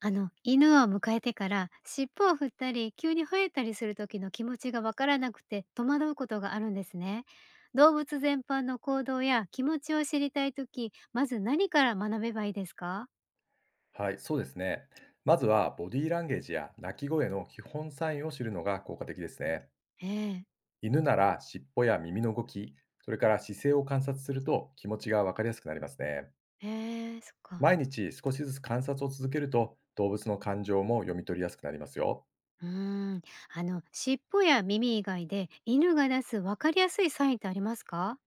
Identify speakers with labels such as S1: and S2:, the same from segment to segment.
S1: あの犬を迎えてから尻尾を振ったり急に吠えたりする時の気持ちがわからなくて戸惑うことがあるんですね。動物全般の行動や気持ちを知りたい時、まず何から学べばいいですか？
S2: はい、そうですね。まずはボディーランゲージや鳴き声の基本サインを知るのが効果的ですね。
S1: ええ。
S2: 犬なら尻尾や耳の動き、それから姿勢を観察すると気持ちがわかりやすくなりますね。
S1: ええ、そっか。
S2: 毎日少しずつ観察を続けると動物の感情も読み取りやすくなりますよ。
S1: うーん。尻尾や耳以外で犬が出すわかりやすいサインってありますか？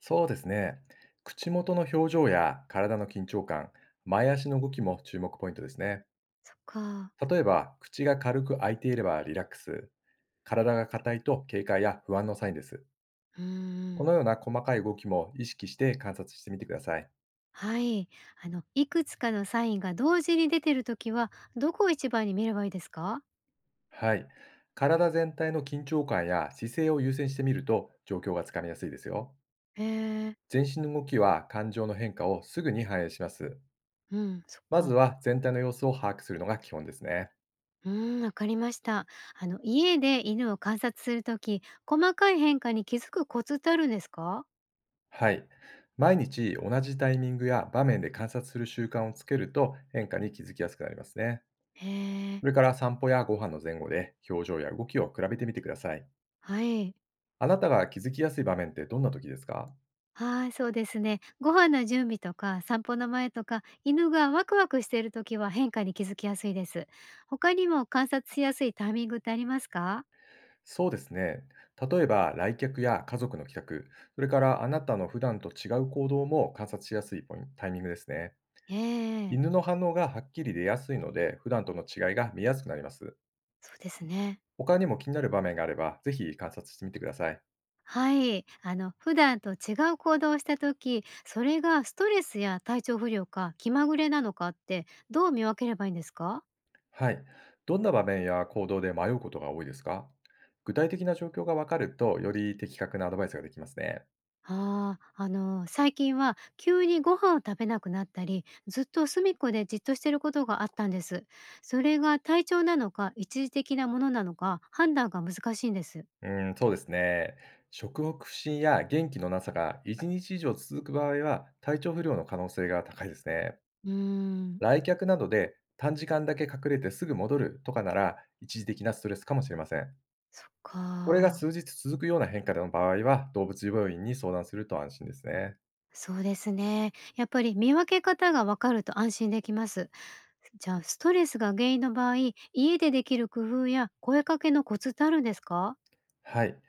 S2: そうですね。口元の表情や体の緊張感、前足の動きも注目ポイントですね。
S1: そっか。
S2: 例えば、口が軽く開いていればリラックス、体が硬いと警戒や不安のサインです。
S1: うー
S2: こ
S1: ん。
S2: のような細かい動きも意識して観察してみてください。
S1: はい。いくつかのサインが同時に出てる時はどこを一番に見ればいいですか？
S2: はい。体全体の緊張感や姿勢を優先してみると状況がつかみやすいですよ。
S1: ええ。
S2: 全身の動きは感情の変化をすぐに反映します。
S1: うん、そっ
S2: まず
S1: か。
S2: は全体の様子を把握するのが基本ですね。
S1: うーん、わかりました。家で犬を観察するとき、細かい変化に気づくコツってあるんですか？
S2: はい。毎日同じタイミングや場面で観察する習慣をつけると変化に気づきやすくなりますね。
S1: へ
S2: そ
S1: え、
S2: れから散歩やご飯の前後で表情や動きを比べてみてください。
S1: はい。
S2: あなたが気づきやすい場面ってどんな時ですか？
S1: はい、そうですね。ご飯の準備とか、散歩の前とか、犬がワクワクしているときは変化に気づきやすいです。他にも観察しやすいタイミングってありますか？
S2: そうですね。例えば、来客や家族の帰宅、それからあなたの普段と違う行動も観察しやすいポイントタイミングですね。
S1: ええ、
S2: 犬の反応がはっきり出やすいので、普段との違いが見やすくなります。
S1: そうですね。
S2: 他にも気になる場面があれば、ぜひ観察してみてください。
S1: はい、普段と違う行動をした時、それがストレスや体調不良か気まぐれなのかってどう見分ければいいんですか？
S2: はい。どんな場面や行動で迷うことが多いですか？具体的な状況がわかると、より的確なアドバイスができますね。
S1: ああ、最近は急にご飯を食べなくなったり、ずっと隅っこでじっとしてることがあったんです。それが体調なのか一時的なものなのか判断が難しいんです。
S2: うん、そうですね。食欲不振や元気のなさが1日以上続く場合は、体調不良の可能性が高いですね。
S1: うーん、
S2: 来客などで短時間だけ隠れてすぐ戻るとかなら、一時的なストレスかもしれません。
S1: そっ
S2: これが
S1: か。
S2: 数日続くような変化の場合は、動物病院に相談すると安心ですね。
S1: そうですね。やっぱり見分け方がわかると安心できます。じゃあ、ストレスが原因の場合、家でできる工夫や声かけのコツってあるんですか？
S2: はい。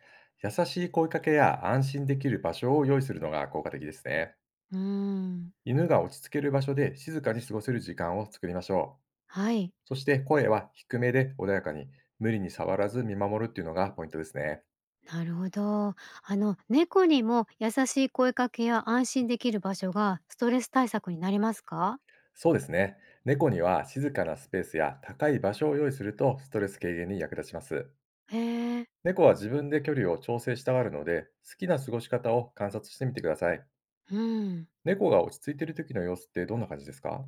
S2: 優しい声かけや安心できる場所を用意するのが効果的ですね。
S1: うーん、
S2: 犬が落ち着ける場所で静かに過ごせる時間を作りましょう。
S1: はい。
S2: そして声は低めで穏やかに、無理に触らず見守るっていうのがポイントですね。
S1: なるほど。猫にも優しい声かけや安心できる場所がストレス対策になりますか？
S2: そうですね。猫には静かなスペースや高い場所を用意するとストレス軽減に役立ちます。
S1: へえ。
S2: 猫は自分で距離を調整したがるので、好きな過ごし方を観察してみてください。
S1: うん。
S2: 猫が落ち着いている時の様子ってどんな感じですか？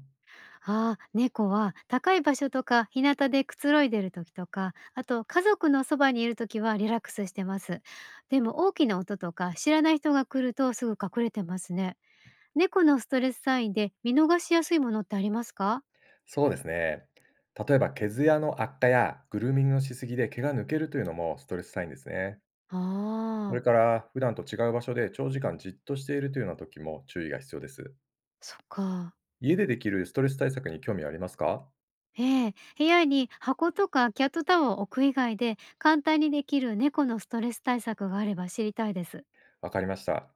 S1: ああ、猫は高い場所とか日向でくつろいでる時とか、あと家族のそばにいる時はリラックスしてます。でも大きな音とか知らない人が来るとすぐ隠れてますね。猫のストレスサインで見逃しやすいものってありますか？
S2: そうですね。例えば、毛艶の悪化やグルーミングのしすぎで毛が抜けるというのもストレスサインですね。
S1: あ
S2: それ
S1: あ、
S2: から、普段と違う場所で長時間じっとしているというような時も注意が必要です。
S1: そっか。
S2: 家でできるストレス対策に興味はありますか？
S1: ええ、部屋に箱とかキャットタワーを置く以外で簡単にできる猫のストレス対策があれば知りたいです。
S2: わかりました。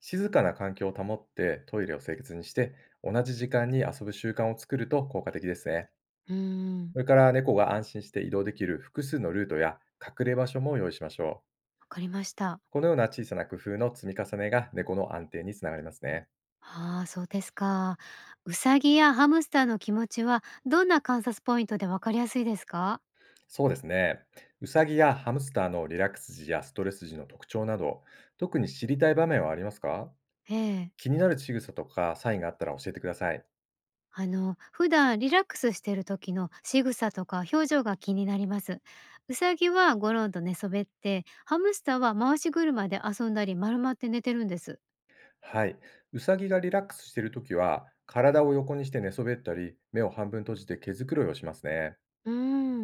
S2: 静かな環境を保ってトイレを清潔にして、同じ時間に遊ぶ習慣を作ると効果的ですね。
S1: うーん、
S2: それから猫が安心して移動できる複数のルートや隠れ場所も用意しましょう。
S1: わかりました。
S2: このような小さな工夫の積み重ねが猫の安定につながりますね。
S1: ああ、そうですか。ウサギやハムスターの気持ちはどんな観察ポイントでわかりやすいですか？
S2: そうですね。うさぎやハムスターのリラックス時やストレス時の特徴など、特に知りたい場面はありますか？
S1: ええ。
S2: 気になる仕草とかサインがあったら教えてください。
S1: 普段リラックスしている時の仕草とか表情が気になります。ウサギはゴロンと寝そべって、ハムスターは回し車で遊んだり丸まって寝てるんです。
S2: はい。うさぎがリラックスしているときは、体を横にして寝そべったり、目を半分閉じて毛づくろいをしますね。
S1: うー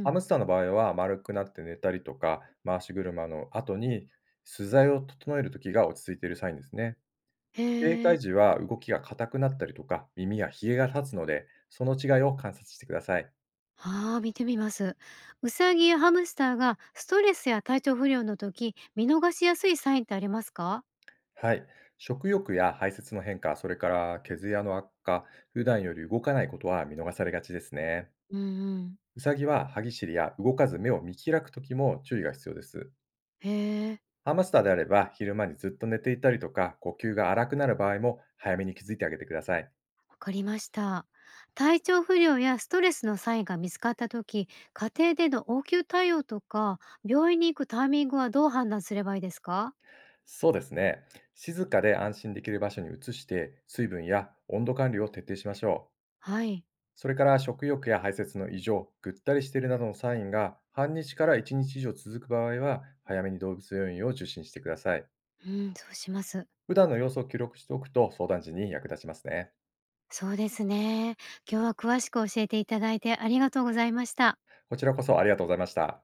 S2: ハ
S1: ん。
S2: ムスターの場合は、丸くなって寝たりとか、回し車の後に素材を整えるときが落ち着いているサインですね。警
S1: へえ。
S2: 戒時は動きが硬くなったりとか、耳やひげが立つので、その違いを観察してください。
S1: ああ、見てみます。ウサギやハムスターがストレスや体調不良の時、見逃しやすいサインってありますか？
S2: はい。食欲や排泄の変化、それから毛づやの悪化、普段より動かないことは見逃されがちですね。
S1: うんうん。
S2: ウサギは歯ぎしりや動かず目を見開くときも注意が必要です。
S1: へえ。
S2: ハムスターであれば昼間にずっと寝ていたりとか呼吸が荒くなる場合も早めに気づいてあげてください。
S1: わかりました。体調不良やストレスのサインが見つかった時、家庭での応急対応とか、病院に行くタイミングはどう判断すればいいですか？
S2: そうですね。静かで安心できる場所に移して水分や温度管理を徹底しましょう。
S1: はい。
S2: それから食欲や排泄の異常、ぐったりしているなどのサインが半日から1日以上続く場合は早めに動物病院を受診してください。
S1: うん、そうします。
S2: 普段の様子を記録しておくと相談時に役立ちますね。
S1: そうですね。今日は詳しく教えていただいてありがとうございました。
S2: こちらこそありがとうございました。